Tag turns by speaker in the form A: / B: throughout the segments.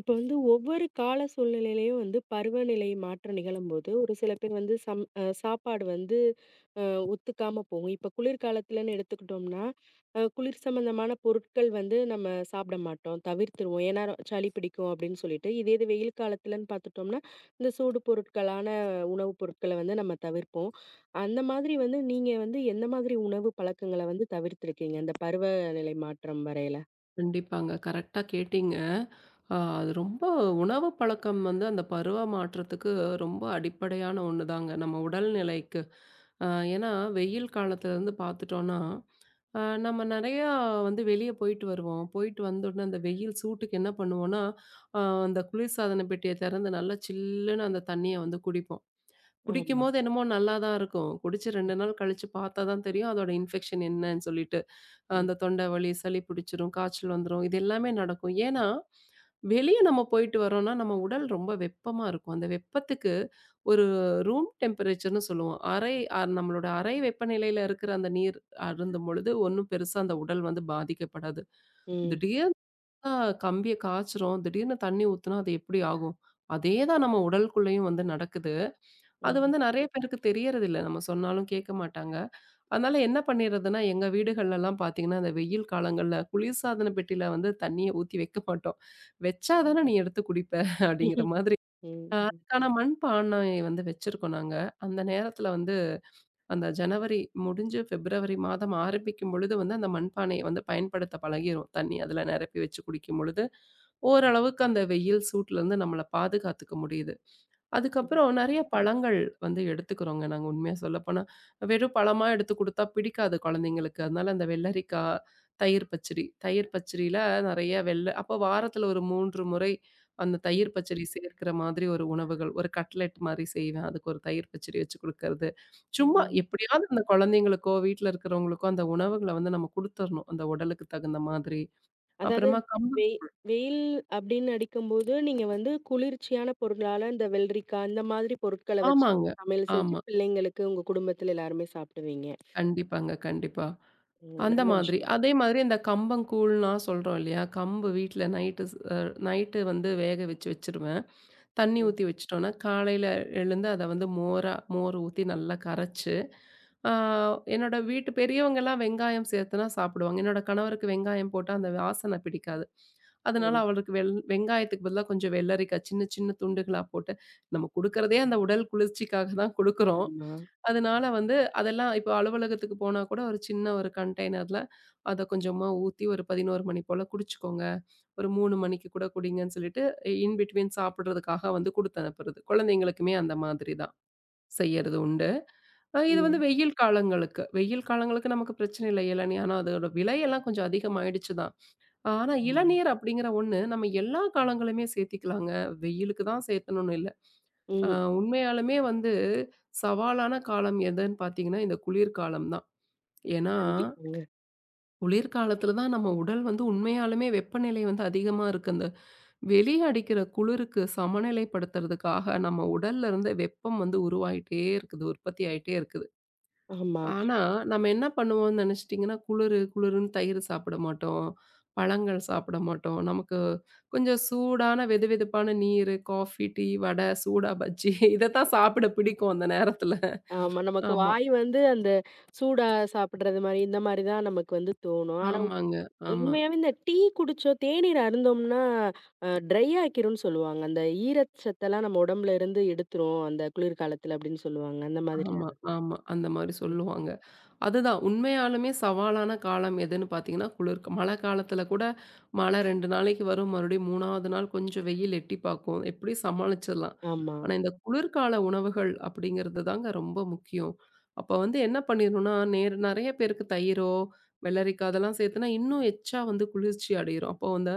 A: இப்ப வந்து ஒவ்வொரு கால சூழ்நிலையிலயும் வந்து பருவநிலை மாற்றம் நிகழும்போது, ஒரு சில பேர் வந்து சம் அ சாப்பாடு வந்து அ ஒத்துக்காம போகும். இப்ப குளிர்காலத்துலன்னு எடுத்துக்கிட்டோம்னா, குளிர் சம்பந்தமான பொருட்கள் வந்து நம்ம சாப்பிட மாட்டோம். தவிர்த்துருவோம். ஏன்னா சளி பிடிக்கும் அப்படின்னு சொல்லிட்டு. இதே இது வெயில் காலத்துலன்னு பார்த்துட்டோம்னா, இந்த சூடு பொருட்களான உணவுப் பொருட்கள வந்து நம்ம தவிர்ப்போம். அந்த மாதிரி வந்து நீங்க வந்து எந்த மாதிரி உணவு பழக்கங்கள வந்து தவிர்த்திருக்கீங்க? இந்த பருவநிலை மாற்றம் வரையில?
B: கண்டிப்பாங்க. கரெக்ட்டா கேட்டீங்க. அது ரொம்ப உணவு பழக்கம் வந்து அந்த பருவ மாற்றத்துக்கு ரொம்ப அடிப்படையான ஒண்ணு தாங்க. நம்ம உடல்நிலைக்கு. அ ஏன்னா வெயில் காலத்துல வந்து பார்த்துட்டோம்னா, அ நம்ம நெறையா வந்து வெளிய போயிட்டு வருவோம். போயிட்டு வந்தோனே அந்த வெயில் சூட்டுக்கு என்ன பண்ணுவோம்னா, அ அந்த குளிர்சாதன பெட்டிய திறந்து நல்லா சில்லுன்னு அந்த தண்ணிய வந்து குடிப்போம்.
A: ஆமா.
B: குடிக்கும்போது என்னமோ நல்லா தான் இருக்கும். குடிச்சு 2 நாள் கழிச்சு பார்த்தா தான் தெரியும் அதோட இன்ஃபெக்ஷன் என்னன்னு சொல்லிட்டு.
A: ம்.
B: அந்த தொண்டை வலி, சளி பிடிச்சிரும், காய்ச்சல் வந்துரும். இது எல்லாமே நடக்கும். ஏன்னா, வெளிய நம்ம போயிட்டு வரோம்னா, நம்ம உடல் ரொம்ப வெப்பமா இருக்கும். அந்த வெப்பத்துக்கு ஒரு ரூம் டெம்பரேச்சர்ன்னு சொல்லுவோம். அறை நம்மளோட அறை வெப்பநிலையில இருக்கிற அந்த நீர் அருந்தும் பொழுது, ஒண்ணும் பெருசா அந்த உடல் வந்து பாதிக்கப்படாது.
A: ம்.
B: திடீர்னு கம்பிய காய்ச்சுறோம், திடீர்னு தண்ணி ஊத்துனா அது எப்படி ஆகும்? அதே தான் நம்ம உடலுக்குள்ளேயும் வந்து நடக்குது. அது வந்து நெறைய பேருக்கு தெரியறதில்ல. நம்ம சொன்னாலும் கேட்க மாட்டாங்க. அதனால என்ன பண்ணிடுறதுன்னா, எங்க வீடுகள்லலாம் பார்த்தீங்கன்னா, அந்த வெயில் காலங்கள்ல குளிர்சாதன பெட்டியில வந்து தண்ணிய ஊத்தி வைக்க மாட்டோம். "வச்சா தானே நீ எடுத்து குடிப்ப" அப்படிங்கிற
A: ம்.
B: மாதிரி.
A: ம், ம்,
B: அதுக்கான மண்பானை வந்து வச்சிருக்கோம் நாங்க. அந்த நேரத்தில வந்து அந்த ஜனவரி முடிஞ்சு பிப்ரவரி மாதம் ஆரம்பிக்கும் பொழுது வந்து, அந்த மண்பானைய வந்து பயன்படுத்த பழகிரும். தண்ணி அதில நிரப்பி வச்சு குடிக்கும் பொழுது, ஓரளவுக்கு அந்த வெயில் சூட்லருந்து நம்மள பாதுகாத்துக்க முடியுது.
A: ம்,
B: அதுக்கப்புறம் நெறைய பழங்கள் வந்து எடுத்துக்கிறோங்க நாங்க உண்மையா சொல்லப்போனா. வெறும் பழமா எடுத்து குடுத்தா பிடிக்காது குழந்தைங்களுக்கு. அதனால அந்த வெள்ளரிக்காய், தயிர் பச்சடி. தயிர் பச்சடியில நெறைய வெள்ள அப்போ வாரத்துல ஒரு 3 முறை அந்த
A: ம்,
B: தயிர் பச்சடி சேர்க்கிற மாதிரி ஒரு உணவுகள். ஒரு கட்லெட் மாரி செய்வேன். அதுக்கு ஒரு தயிர் பச்சடி வச்சு குடுக்கறது. சும்மா
A: ம்.
B: எப்படியாவது அந்த குழந்தைங்களுக்கோ, வீட்ல இருக்கிறவங்களுக்கோ அந்த உணவுகள வந்து நம்ம குடுத்துறணும். அந்த உடலுக்கு தகுந்த மாதிரி.
A: அதாவது
B: அப்புறமா கம்பு.
A: வெய் வெயில் அப்படின்னு அடிக்கும்போது, நீங்க வந்து குளிர்ச்சியான பொருளால இந்த வெள்ளரிக்காய், அந்த மாதிரி பொருட்கள வச்சு
B: ஆமாங்க.
A: சமையல் செஞ்சு
B: ஆமா.
A: பிள்ளைங்களுக்கு, உங்க குடும்பத்துல எல்லாருமே சாப்பிடுவீங்க.
B: கண்டிப்பாங்க, கண்டிப்பா.
A: ம்,
B: அந்த
A: நல்ல
B: மாதிரி.
A: விஷயம்.
B: அதே மாதிரி இந்த கம்பங்கூழ்னா சொல்றோம் இல்லையா? கம்பு வீட்ல நைட்டு ஸ் அ நைட்டு வந்து வேக வச்சு வச்சுருவேன். தண்ணி
A: ம்,
B: ஊத்தி வச்சுட்டோன்னா, காலையில எழுந்து அத வந்து மோரா மோர் ஊத்தி நல்லா கரைச்சு, ஆ என்னோட வீட்டு பெரியவங்கலாம் வெங்காயம் சேர்த்துனா சாப்பிடுவாங்க. என்னோட கணவருக்கு வெங்காயம் போட்டா அந்த வாசனை பிடிக்காது. அதனால
A: ம்.
B: அவருக்கு வெங்காயத்துக்கு பதிலா கொஞ்சம் வெள்ளரிக்காய் சின்ன சின்ன துண்டுகளா போட்டு, நம்ம குடுக்குறதே அந்த உடல் குளிர்ச்சிக்காக தான் குடுக்குறோம்.
A: ஆமா.
B: அதனால வந்து அதெல்லாம் இப்போ அலுவலகத்துக்கு போனா கூட ஒரு சின்ன ஒரு கண்டெய்னர்ல அத கொஞ்சமா ஊத்தி ஒரு 11 மணி போல குடிச்சுக்கோங்க. ஒரு 3 மணிக்கு கூட குடிங்கன்னு சொல்லிட்டு இன் பிட்வீன் சாப்பிடுறதுக்காக வந்து குடுத்து அனுப்புறது. குழந்தைங்களுக்குமே அந்த மாதிரி தான் செய்யறது உண்டு. இது வந்து
A: ம்.
B: வெயில் காலங்களுக்கு. வெயில் காலங்களுக்கு நமக்கு பிரச்சனை இல்லை இளநீர். ஆனா அதோட விலையெல்லாம் கொஞ்சம் அதிகமாயிடுச்சு தான். ஆனா
A: ஆமா.
B: இளநீர் அப்படிங்கிற ஒண்ணு நம்ம எல்லா காலங்களுமே சேர்த்திக்கலாங்க. வெயிலுக்கு தான் சேர்த்தணும்னு இல்ல. அ
A: ம்.
B: உண்மையாலுமே வந்து சவாலான காலம் எதுன்னு பார்த்தீங்கன்னா, இந்த குளிர்காலம் தான். ஏன்னா,
A: கண்டிப்பாங்க.
B: குளிர்காலத்தில தான் நம்ம உடல் வந்து உண்மையாலுமே வெப்பநிலை வந்து அதிகமா இருக்கு. அந்த வெளிய அடிக்கிற குளிருக்கு சமநிலைப்படுத்துறதுக்காக நம்ம உடல்ல இருந்து வெப்பம் வந்து உருவாயிட்டே இருக்குது, உற்பத்தி ஆயிட்டே இருக்கு.
A: ஆமா.
B: ஆனா, நம்ம என்ன பண்ணுவோம்ன்னு நெனச்சுட்டீங்கன்னா, குளுரு குளுருன்னு தயிர் சாப்பிட மாட்டோம். பழங்கள் சாப்பிட மாட்டோம். நமக்கு கொஞ்சம் சூடான வெதுவெதுப்பான நீரு, காஃபி, டீ, வடை, சூடா பஜ்ஜி இதத்தான் சாப்பிட பிடிக்கும் அந்த நேரத்துல.
A: ஆமா. நமக்கு
B: ஆமா.
A: வாய் வந்து அந்த சூடா சாப்பிடுறது மாரி, இந்த மாரி தான் நமக்கு வந்து தோணும். ஆனா
B: ஆமாங்க. ஆமா,
A: உண்மையாவே இந்த டீ குடிச்சோம், தேநீர் அருந்தோம்னா, ட்ரை ஆக்கிரும்ன்னு சொல்லுவாங்க. அந்த ஈரச்சத்தெல்லாம் நம்ம உடம்புல இருந்து எடுத்துரும், அந்த குளிர்காலத்துல அப்படின்னு சொல்லுவாங்க. அந்த
B: ஆமா,
A: மாதிரியான
B: ஆமா. அந்த மாரி
A: ம்.
B: சொல்லுவாங்க. அதுதான் உண்மையாலுமே சவாலான காலம் எதுன்னு பார்த்தீங்கன்னா, குளிர் மழை காலத்தில கூட மழை 2 நாளைக்கு வரும். மறுபடியும் 3வது நாள் கொஞ்சம் வெயில் எட்டி பார்க்கும். எப்படியும் சமாளிச்சிடலாம்.
A: ஆமா.
B: ஆனா, இந்த குளிர்கால உணவுகள் அப்படிங்கிறது தாங்க ரொம்ப முக்கியம். அப்ப வந்து என்ன பண்ணிரணும்னா, நேர் நெறைய பேருக்கு தயிரோ, வெள்ளரிக்காய் அதெல்லாம் சேர்த்துனா இன்னும் எக்ஸ்ட்ரா வந்து குளிர்ச்சி அடையிரும். அப்போ அந்த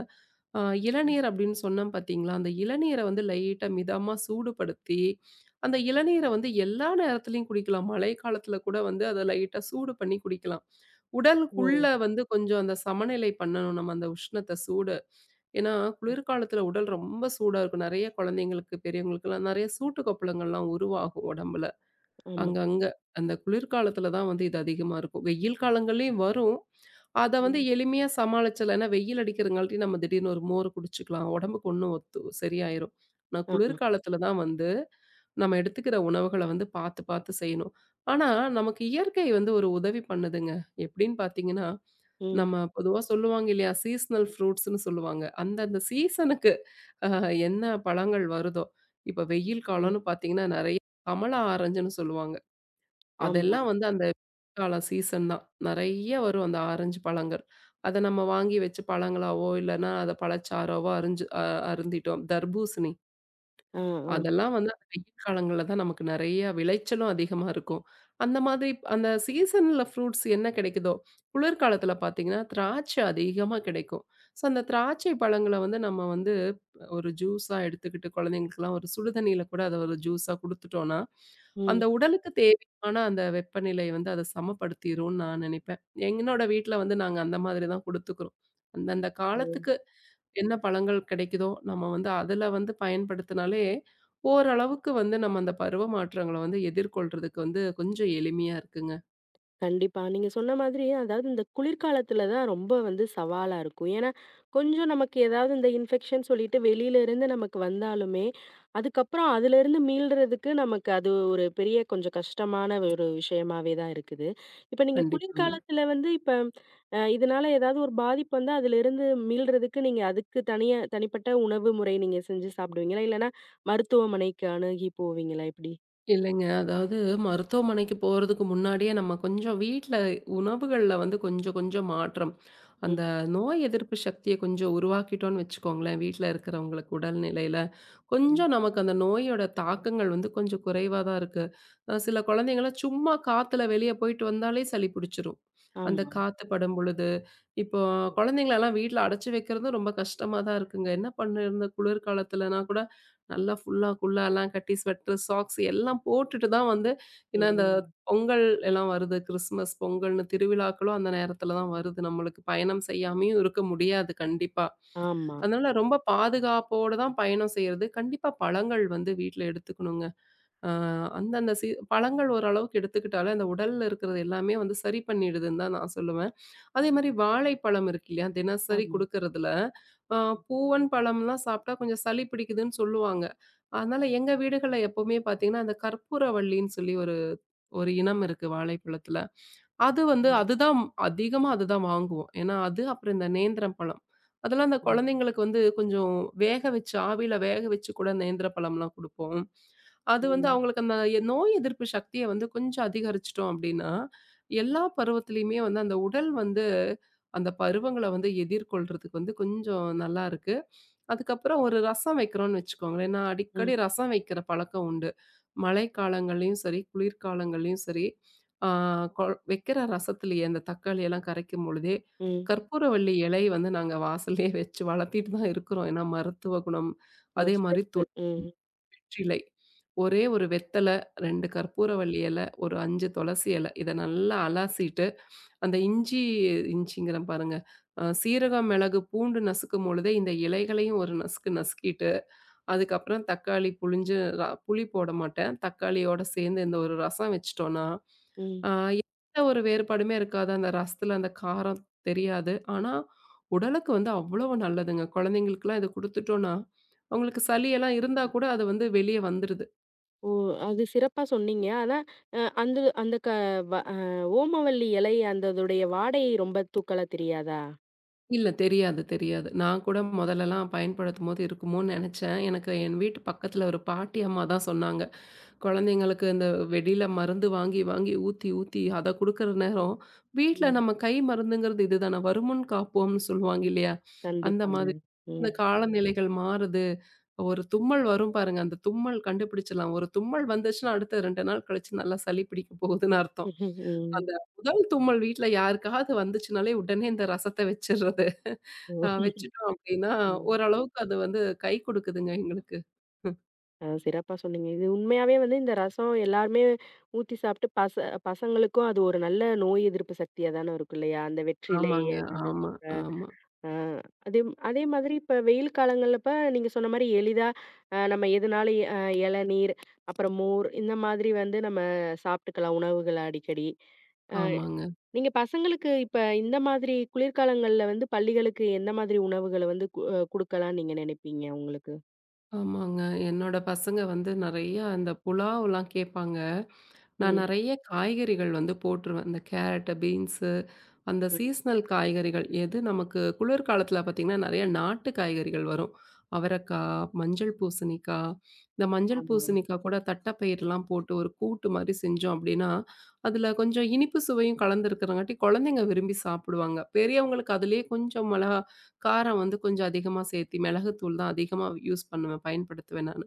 B: அ
A: ம்.
B: இளநீர் அப்படின்னு சொன்னேன் பார்த்தீங்களா, அந்த இளநீரை வந்து லைட்டா மிதமா சூடுபடுத்தி அந்த இளநீரை வந்து எல்லா நேரத்துலயும் குடிக்கலாம். மழை காலத்துல கூட வந்து அத லைட்டா சூடு பண்ணி குடிக்கலாம்.
A: ஓ!
B: உடலுக்குள்ள வந்து கொஞ்சம் அந்த சமநிலை பண்ணணும் நம்ம அந்த உஷ்ணத்த, சூட. ஏன்னா,
A: ம்.
B: குளிர்காலத்துல உடல் ரொம்ப சூடா இருக்கும். நெறைய குழந்தைங்களுக்கு, பெரியவங்களுக்கெல்லாம் நெறைய சூட்டு கொப்பளங்கள்லாம் உருவாகும் உடம்புல.
A: ஆமா.
B: அங்கங்க. அந்த குளிர்காலத்துல தான் வந்து இது அதிகமா இருக்கும். வெயில் காலங்கள்லயும் வரும். அத வந்து
A: ம்.
B: எளிமையா சமாளிச்சர்லாம். ஏன்னா வெயில் அடிக்கிறங்காட்டி நம்ம திடீர்னு ஒரு மோர் குடிச்சுக்கலாம். உடம்புக்கு ஒண்ணும் ஒத்து சரியாயிரும். நான்
A: ஆமா.
B: குளிர்காலத்துல தான் வந்து நம்ம எடுத்துக்கிற உணவுகள வந்து பார்த்து, பார்த்து செய்யணும். ஆனா, நமக்கு இயற்கை வந்து ஒரு உதவி பண்ணுதுங்க. எப்படின்னு பார்த்தீங்கன்னா,
A: ம்.
B: நம்ம பொதுவா சொல்லுவாங்க இல்லையா? சீசனல் ஃப்ரூட்ஸ்ன்னு சொல்லுவாங்க. அந்தந்த சீசனுக்கு அ என்ன பழங்கள் வருதோ, இப்ப வெயில்
A: ம்.
B: காலம்னு பார்த்தீங்கன்னா, நெறைய கமலா ஆரஞ்சுன்னு சொல்லுவாங்க.
A: ஆமா.
B: அதெல்லாம் வந்து அந்த கால சீசன் தான். நெறைய வரும் அந்த ஆரஞ்சு பழங்கள். அத நம்ம வாங்கி வச்சு பழங்களாவோ, இல்லன்னா அத பழச்சாறாவோ அரிஞ்சு அருந்திட்டோம். தர்பூசணி.
A: ஆ, ஆமா.
B: அதெல்லாம் வந்து அந்த வெயில் காலங்கள்ல தான் நமக்கு நெறைய விளைச்சலும் அதிகமா இருக்கும். அந்த மாதிரி அந்த சீசன்ல ஃப்ரூட்ஸ் என்ன கிடைக்குதோ, குளிர்காலத்துல பார்த்தீங்கன்னா, திராட்சை அதிகமா கிடைக்கும். ஸோ அந்த திராட்சை பழங்கள வந்து நம்ம வந்து ஒரு ஜூஸா எடுத்துக்கிட்டு குழந்தைங்களுக்குலாம் ஒரு சுடுதண்ணீல கூட அத ஒரு ஜூஸா குடுத்துட்டோம்னா,
A: ம்.
B: அந்த உடலுக்கு தேவையான அந்த வெப்பநிலை வந்து அத சமப்படுத்திரும்னு நான் நெனைப்பேன். என்னோட வீட்ல வந்து நாங்க அந்த மாதிரி தான் குடுத்துக்கிறோம். அந்தந்த
A: ஓ!
B: காலத்துக்கு என்ன பழங்கள் கிடைக்குதோ, நம்ம வந்து அதுல வந்து பயன்படுத்தினாலே, ஓரளவுக்கு வந்து நம்ம அந்த பருவ மாற்றங்கள வந்து எதிர்கொள்றதுக்கு வந்து கொஞ்சம் எளிமையா இருக்குங்க.
A: கண்டிப்பா. நீங்க சொன்ன மாதிரி, அதாவது இந்த குளிர்காலத்துல தான் ரொம்ப வந்து சவாலா இருக்கும். ஏன்னா, கொஞ்சம் நமக்கு ஏதாவது இந்த இன்ஃபெக்ஷன் சொல்லிட்டு வெளியில இருந்து நமக்கு வந்தாலுமே, அதுக்கப்புறம் அதிலிருந்து மீள்றதுக்கு நமக்கு அது ஒரு பெரிய கொஞ்சம் கஷ்டமான ஒரு விஷயமாவே தான் இருக்குது. இப்ப நீங்க
B: கண்டிப்பாங்க.
A: குளிர்காலத்துல வந்து இப்ப இதனால ஏதாவது ஒரு பாதிப்பு வந்தா அதிலிருந்து மீள்றதுக்கு நீங்க அதுக்கு தனியா தனிப்பட்ட உணவு முறை நீங்க செஞ்சு சாப்பிடுவீங்களா? இல்லன்னா மருத்துவமனைக்கு அணுகி போவீங்களா? எப்படி?
B: இல்லைங்க. அதாவது மருத்துவமனைக்கு போறதுக்கு முன்னாடியே நம்ம கொஞ்சம் வீட்ல உணவுகள்ல வந்து கொஞ்சம் கொஞ்சம் மாற்றம்.
A: ம்,
B: அந்த நோய் எதிர்ப்பு சக்திய கொஞ்சம் உருவாக்கிட்டோம்னு வச்சுக்கோங்களேன், வீட்ல இருக்கிறவங்களுக்கு உடல்நிலையில,
A: ம்.
B: கொஞ்சம் நமக்கு அந்த நோயோட தாக்கங்கள் வந்து கொஞ்சம் குறைவா தான் இருக்கு. சில குழந்தைங்கலாம் சும்மா காத்துல வெளிய போயிட்டு வந்தாலே சளி பிடிச்சிரும். அந்த
A: ஆமா.
B: காத்து படும் பொழுது இப்போ குழந்தைங்களலாம் வீட்ல அடைச்சு வைக்கிறது ரொம்ப கஷ்டமா தான் இருக்குங்க. என்ன பண்ணிருந்த குளிர்காலத்துலனா கூட நல்லா ஃபுல்லா குல்லாலாம் கட்டி ஸ்வெட்டர், சாக்ஸ் எல்லாம் போட்டுட்டு தான் வந்து ஏன்னா இந்த
A: ம்.
B: பொங்கல் எல்லாம் வருது. கிறிஸ்மஸ், பொங்கல்னு திருவிழாக்களும் அந்த நேரத்துல தான் வருது. நம்மளுக்கு பயணம் செய்யாமயும் இருக்க முடியாது கண்டிப்பா.
A: ஆமா,
B: அதனால ரொம்ப பாதுகாப்போட தான் பயணம் செய்றது. கண்டிப்பா பழங்கள் வந்து வீட்ல எடுத்துக்கணுங்க. அ அந்தந்த பழங்கள் ஓரளவுக்கு எடுத்துக்கிட்டாலே அந்த உடல்ல இருக்கிறது எல்லாமே வந்து சரி பண்ணிடுதுன்னு தான் நான் சொல்லுவேன். அதே மாரி வாழைப்பழம் இருக்கு இல்லையா? தினசரி
A: ஆமா.
B: குடுக்கறதுல, அ பூவன் பழம்லாம் சாப்பிட்டா கொஞ்சம் சளி பிடிக்குதுன்னு சொல்லுவாங்க. அதனால எங்க வீடுகள்ல எப்பவுமே பார்த்தீங்கன்னா, அந்த கற்பூரவள்ளின்னு சொல்லி ஒரு ஒரு இனம் இருக்கு வாழைப்பழத்தில. அது வந்து
A: ம்.
B: அதுதான் அதிகமா அதுதான் வாங்குவோம். ஏன்னா, அது அப்புறம் இந்த நேந்திரம் பழம். அதெல்லாம் அந்த
A: ம்.
B: குழந்தைங்களுக்கு வந்து கொஞ்சம் வேக வச்சு ஆவியில வேக வச்சு கூட நேந்திர பழம்லாம் குடுப்போம். அது வந்து
A: ம்.
B: அவங்களுக்கு அந்த நோய் எதிர்ப்பு சக்திய வந்து கொஞ்சம் அதிகரிச்சுட்டோம் அப்டின்னா, எல்லா பருவத்திலயுமே வந்து அந்த உடல் வந்து அந்த பருவங்கள வந்து எதிர்கொள்றதுக்கு வந்து கொஞ்சம் நல்லாருக்கு. அதுக்கப்புறம் ஒரு ரசம் வைக்கிறோம்னு வச்சுக்கோங்களேன். நான்
A: ம்.
B: அடிக்கடி ரசம் வைக்கிற பழக்கம் உண்டு. மழைக்காலங்கள்லயும் சரி, குளிர்காலங்கள்லயும் சரி, ஆ கொ வைக்கிற ரசத்திலேயே அந்த தக்காளி எல்லாம் கரைக்கும் பொழுதே,
A: ம்.
B: கற்பூரவள்ளி இலை வந்து நாங்க வாசல்லயே வச்சு வளர்த்திட்டு தான் இருக்கிறோம். ஏன்னா மருத்துவ குணம்.
A: ஓ!
B: அதே மாரி
A: சிறப்பு. ம்.
B: வெற்றிலை. ஒரே ஒரு வெத்தல, 2 கற்பூரவள்ளி இல, ஒரு 5 துளசி இல இத நல்லா அலசிட்டு அந்த இஞ்சி இஞ்சிங்கிறேன் பாருங்க. சீரகம், மிளகு, பூண்டு நசுக்கும் பொழுதே இந்த இலைகளையும் ஒரு நசுக்கு நசுக்கிட்டு, அதுக்கப்புறம் தக்காளி புளிஞ்சு புளி போட மாட்டேன். தக்காளியோட சேர்ந்து இந்த ஒரு ரசம் வச்சுட்டோம்னா,
A: ம்.
B: ஆ எந்த ஒரு வேறுபாடுமே இருக்காது. அந்த ரசத்தில அந்த காரம் தெரியாது. ஆனா, உடலுக்கு வந்து அவ்வளவு நல்லதுங்க. குழந்தைங்களுக்கெல்லாம் இத குடுத்துட்டோம்னா, அவங்களுக்கு சளியெல்லாம் இருந்தா கூட அது வந்து வெளிய வந்துருது.
A: ஓ! அது சிறப்பா சொன்னீங்க. ஆனா, அந்த அந்த க வ அ ஓமவல்லி இலை அந்த அதோடைய வாடை ரொம்ப தூக்கலா தெரியாதா?
B: இல்ல. தெரியாது, தெரியாது. நான் கூட முதல்லலாம் பயன்படுத்தும்போது இருக்குமோன்னு நெனச்சேன். எனக்கு
A: ம்.
B: என் வீட்டு பக்கத்துல ஒரு பாட்டி அம்மா தான் சொன்னாங்க. குழந்தைங்களுக்கு இந்த வெளியில மருந்து வாங்கி, வாங்கி ஊத்தி, ஊத்தி அத குடுக்குற நேரம், வீட்ல
A: ம்.
B: நம்ம கை மருந்துங்கிறது இதுதானே. வருமுன் காப்போம்னு சொல்லுவாங்க இல்லையா? அந்த
A: கண்டிப்பாங்க.
B: மாதிரி இந்த
A: ம்.
B: காலநிலைகள் மாறுது. ஒரு தும்மல் வரும் பாருங்க. அந்த தும்மல் கண்டுபிடிச்சலாம். ஒரு தும்மல் வந்துச்சுன்னா, அடுத்த 2 நாள் கழிச்சு நல்லா சளி பிடிக்க போகுதுன்னு அர்த்தம்.
A: ம்.
B: அந்த முதல் தும்மல் வீட்ல யாருக்காவது வந்துச்சுனாலே, உடனே இந்த ரசத்த வச்சுர்றது.
A: ஓ!
B: வச்சுட்டோம் அப்படின்னா,
A: ம்.
B: ஓரளவுக்கு அது வந்து கை குடுக்குதுங்க எங்களுக்கு.
A: சிறப்பா சொன்னீங்க. இது உண்மையாவே வந்து இந்த ரசம் எல்லாருமே ஊத்தி சாப்பிட்டு பசங்களுக்கும் அது ஒரு நல்ல நோய் எதிர்ப்பு சக்தியா தான இருக்கும் இல்லையா? அந்த வெற்றிலை
B: ஆமாங்க.
A: அந்த
B: ஆமா, ஆமா.
A: ஆ, அதே அதே மாதிரி இப்ப வெயில் காலங்கள்லப்ப நீங்க சொன்ன மாரி எளிதா நம்ம எதுனாலும் இளநீர், அப்புறம் மோர் இந்த மாதிரி வந்து நம்ம சாப்பிட்டுக்கலாம் உணவுகள அடிக்கடி. அ
B: ஆமாங்க,
A: நீங்க பசங்களுக்கு இப்ப இந்த மாதிரி குளிர்காலங்கள்ல வந்து பள்ளிகளுக்கு எந்த மாதிரி உணவுகள வந்து கு அ குடுக்கலாம்ன்னு நீங்க நினைப்பீங்க உங்களுக்கு?
B: ஆமாங்க. என்னோட பசங்க வந்து நெறையா அந்த புலாவ்லாம் கேட்பாங்க. நான்
A: ம்,
B: நெறைய காய்கறிகள் வந்து போட்டுருவேன். இந்த கேரட்டு, பீன்ஸு. அந்த
A: ம்.
B: சீசனல் காய்கறிகள் எது நமக்கு குளிர்காலத்தில பார்த்தீங்கன்னா, நெறைய நாட்டு காய்கறிகள் வரும். அவரக்காய், மஞ்சள் பூசணிக்காய், இந்த மஞ்சள்
A: ஆமா.
B: பூசணிக்காய் கூட தட்டப்பயிர்லாம் போட்டு ஒரு கூட்டு மாரி செஞ்சோம் அப்டின்னா, அதில கொஞ்சம் இனிப்பு சுவையும் கலந்துருக்கிறங்காட்டி குழந்தைங்க விரும்பி சாப்பிடுவாங்க. பெரியவங்களுக்கு அதிலேயே கொஞ்சம் மிளகா காரம் வந்து கொஞ்சம் அதிகமா சேர்த்தி மிளகுத்தூள் தான் அதிகமா யூஸ் பண்ணுவேன், பயன்படுத்துவேன் நானு.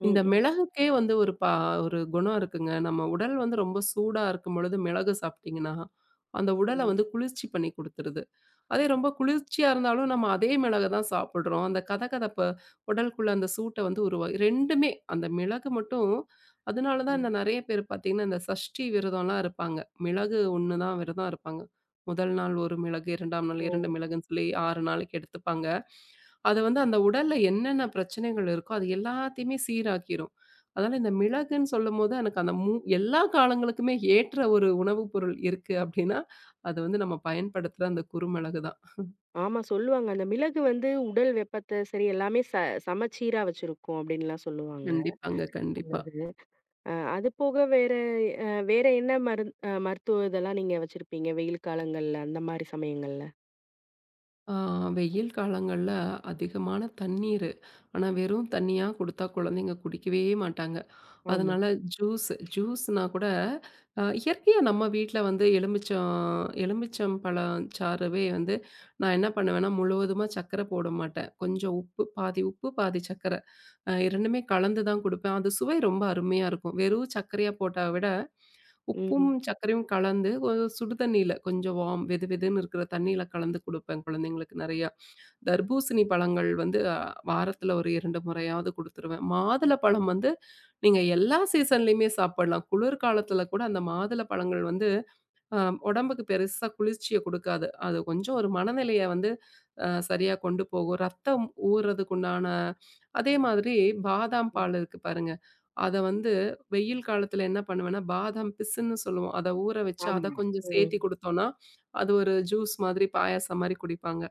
A: ம்,
B: இந்த
A: ம்,
B: மிளகுக்கே வந்து ஒரு குணம் இருக்குங்க. நம்ம உடல் வந்து ரொம்ப சூடா இருக்கும் பொழுது மிளகு சாப்பிட்டீங்கன்னா, அந்த உடல
A: ம்,
B: வந்து குளிர்ச்சி பண்ணி குடுத்துருது. அதே ரொம்ப குளிர்ச்சியா இருந்தாலும் நம்ம அதே மிளக தான் சாப்பிடுறோம். அந்த கதகதப்பு உடலுக்குள்ள அந்த சூட்ட வந்து உருவா 2மே அந்த மிளகு மட்டும் அதனால தான் இந்த
A: ம்.
B: நெறைய பேர் பார்த்தீங்கன்னா, இந்த சஷ்டி விரதம்லாம் இருப்பாங்க. மிளகு ஒண்ணு தான் விரதம் இருப்பாங்க. முதல் நாள் 1 மிளகு, 2ஆம் நாள்
A: ஓ!
B: 2 மிளகுன்னு சொல்லி 6 நாளைக்கு எடுத்துப்பாங்க. அது வந்து அந்த உடல்ல என்னென்ன பிரச்சனைகள் இருக்கோ, அது எல்லாத்தையுமே சீராக்கிரும். அதனால இந்த மிளகுன்னு சொல்லும்போது எனக்கு அந்த எல்லா காலங்களுக்குமே ஏற்ற ஒரு உணவு பொருள் இருக்கு அப்டின்னா, அது வந்து நம்ம பயன்படுத்துற அந்த குறுமிளகு தான்.
A: ஆமா சொல்லுவாங்க. அந்த மிளகு வந்து உடல் வெப்பத்த சரி எல்லாமே சமச்சீரா வச்சிருக்கும் அப்படின்லாம் சொல்லுவாங்க.
B: கண்டிப்பாங்க, கண்டிப்பா.
A: அது போக வேற வேற என்ன மருந் அ மருத்துவ இதெல்லாம் நீங்க வச்சிருப்பீங்க? வெயில் காலங்கள்ல, அந்த மாரி சமயங்கள்ல?
B: ஆ வெயில் காலங்கள்ல அதிகமான தண்ணீரு. ஆனா வெறும் தண்ணியா குடுத்தா குழந்தைங்க குடிக்கவே மாட்டாங்க.
A: ஆமா.
B: அதனால ஜூஸ் ஜூஸ்னா கூட இயற்கையா நம்ம வீட்ல வந்து எலுமிச்சம் எலுமிச்சம் பழம் சாறவே வந்து நான் என்ன பண்ணுவேன்னா, முழுவதுமா சர்க்கர போட மாட்டேன். கொஞ்சம் உப்பு பாதி உப்பு, பாதி சர்க்கர. 2மே கலந்து தான் குடுப்பேன். அது சுவை ரொம்ப அருமையா இருக்கும். வெறும் சர்க்கரையா போட்டா விட உப்பும்,
A: ம்.
B: சர்க்கரையும் கலந்து ஒரு சுடு தண்ணீல கொஞ்சம் வார்ம் வெது வெதுன்னு இருக்கிற தண்ணீல கலந்து குடுப்பேன் குழந்தைங்களுக்கு நெறையா. தர்பூசணி பழங்கள் வந்து வாரத்துல ஒரு 2 முறையாவது குடுத்துருவேன். மாதுளப்பழம் வந்து நீங்க எல்லா சீசன்லயுமே சாப்பிடலாம். குளிர்காலத்துல கூட அந்த மாதுள பழங்கள் வந்து அ உடம்புக்கு பெருசா குளிர்ச்சிய குடுக்காது. அது கொஞ்சம் ஒரு மனநிலைய வந்து சரியா கொண்டு போகும். ரத்தம் ஊர்றதுக்குண்டான அதே மாதிரி பாதாம்
A: ம்.
B: பால் இருக்கு பாருங்க. அத வந்து வெயில் காலத்துல என்ன பண்ணுவேன்னா, பாதாம் பிசுன்னு சொல்லுவோம். அத ஊற வச்சு அத
A: ஆமா.
B: கொஞ்சம்
A: ம்.
B: சேத்தி குடுத்தோம்னா, அது ஒரு ஜூஸ் மாதிரி பாயாசம் மாரி குடிப்பாங்க.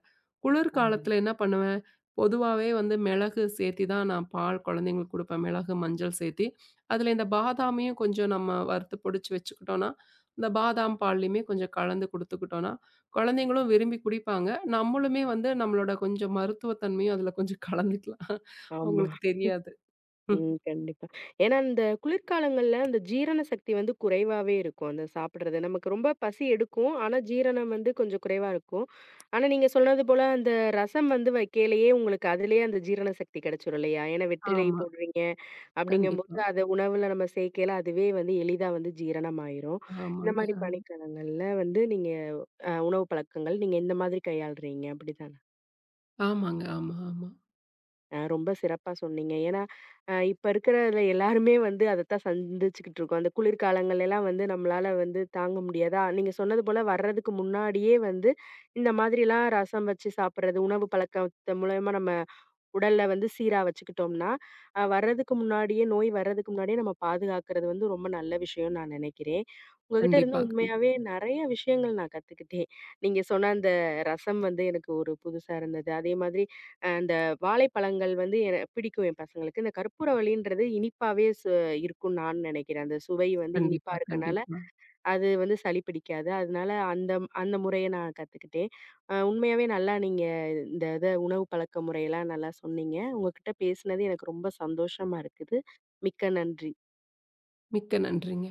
B: குளிர்
A: ஆமா.
B: காலத்துல என்ன பண்ணுவேன், பொதுவாவே வந்து மிளகு சேத்தி தான் நான் பால் குழந்தைங்களுக்கு குடுப்பேன். மிளகு, மஞ்சள் சேத்தி. அதுல இந்த பாதாமையும் கொஞ்சம் நம்ம வறுத்து பொடிச்சு வச்சுக்கிட்டோம்னா இந்த பாதாம் பால்லையுமே கொஞ்சம் கலந்து குடுத்துக்கிட்டோம்னா, குழந்தைங்களும் விரும்பி குடிப்பாங்க. நம்மளுமே வந்து நம்மளோட கொஞ்சம் மருத்துவ தன்மையும் அதில கொஞ்சம் கலந்துக்கலாம்.
A: ஆமா.
B: அவங்களுக்கு தெரியாது. ம்.
A: ம். கண்டிப்பா. ஏன்னா, இந்த குளிர்காலங்கள்ல அந்த ஜீரண சக்தி வந்து குறைவாவே இருக்கும். அந்த சாப்பிடுறது. நமக்கு ரொம்ப பசி எடுக்கும். ஆனா, ஜீரணம் வந்து கொஞ்சம் குறைவா இருக்கும். ஆனா, நீங்க சொன்னது போல அந்த ரசம் வந்து வைக்கையிலேயே உங்களுக்கு அதிலேயே அந்த ஜீரண சக்தி கிடைச்சிரும் இல்லையா? ஏன்னா, வெற்றிலை
B: ஆமா.
A: போடுறீங்க அப்படிங்கும்போது
B: கண்டிப்பா.
A: அத உணவுல நம்ம சேர்க்கையில அதுவே வந்து எளிதா வந்து ஜீரணமாயிரும். இந்த
B: ஆமாங்க.
A: மாரி
B: ஆமா.
A: பனிக்காலங்கள்ல வந்து நீங்க உணவு பழக்கங்கள் நீங்க இந்த மாதிரி கையாளுறீங்க. அப்படிதானே?
B: ஆமாங்க. ஆமா, ஆமா.
A: ரொம்ப சிறப்பா சொன்னீங்க. ஏன்னா, இப்ப இருக்கிறதுல எல்லாருமே வந்து அதத்தான் சந்திச்சுக்கிட்டு இருக்கோம். அந்த குளிர்காலங்கள் எல்லாம் வந்து நம்மளால வந்து தாங்க முடியாதா, நீங்க சொன்னது போல வர்றதுக்கு முன்னாடியே வந்து இந்த மாதிரிலாம் ரசம் வச்சு சாப்பிடுறது, உணவு பழக்கத்த மூலியமா நம்ம உடல்ல வந்து சீரா வச்சுக்கிட்டோம்னா, வர்றதுக்கு முன்னாடியே நோய் வர்றதுக்கு முன்னாடியே நம்ம பாதுகாக்கிறது வந்து ரொம்ப நல்ல விஷயம்னு நான் நினைக்கிறேன். உங்ககிட்ட இருந்து
B: கண்டிப்பா,
A: உண்மையாவே
B: கண்டிப்பா,
A: நெறைய விஷயங்கள் நான் கத்துக்கிட்டேன். நீங்க சொன்ன அந்த ரசம் வந்து எனக்கு ஒரு புதுசா இருந்தது. அதே மாதிரி அந்த வாழைப்பழங்கள் வந்து என பிடிக்கும் என் பசங்களுக்கு. இந்த கற்பூரவள்ளின்றது இனிப்பாவே இருக்கும்னு நான் நினைக்கிறேன். அந்த சுவை வந்து இனிப்பா
B: கண்டிப்பா,
A: இருக்கனால
B: கண்டிப்பா.
A: அது வந்து சளி பிடிக்காது. அதனால அந்த அந்த முறைய நான் கத்துக்கிட்டேன். உண்மையாவே நல்லா நீங்க இந்த இத உணவு பழக்க முறையெல்லாம் நல்லா சொன்னீங்க. உங்ககிட்ட பேசினது எனக்கு ரொம்ப சந்தோஷமா இருக்குது. மிக்க நன்றி.
B: மிக்க நன்றிங்க.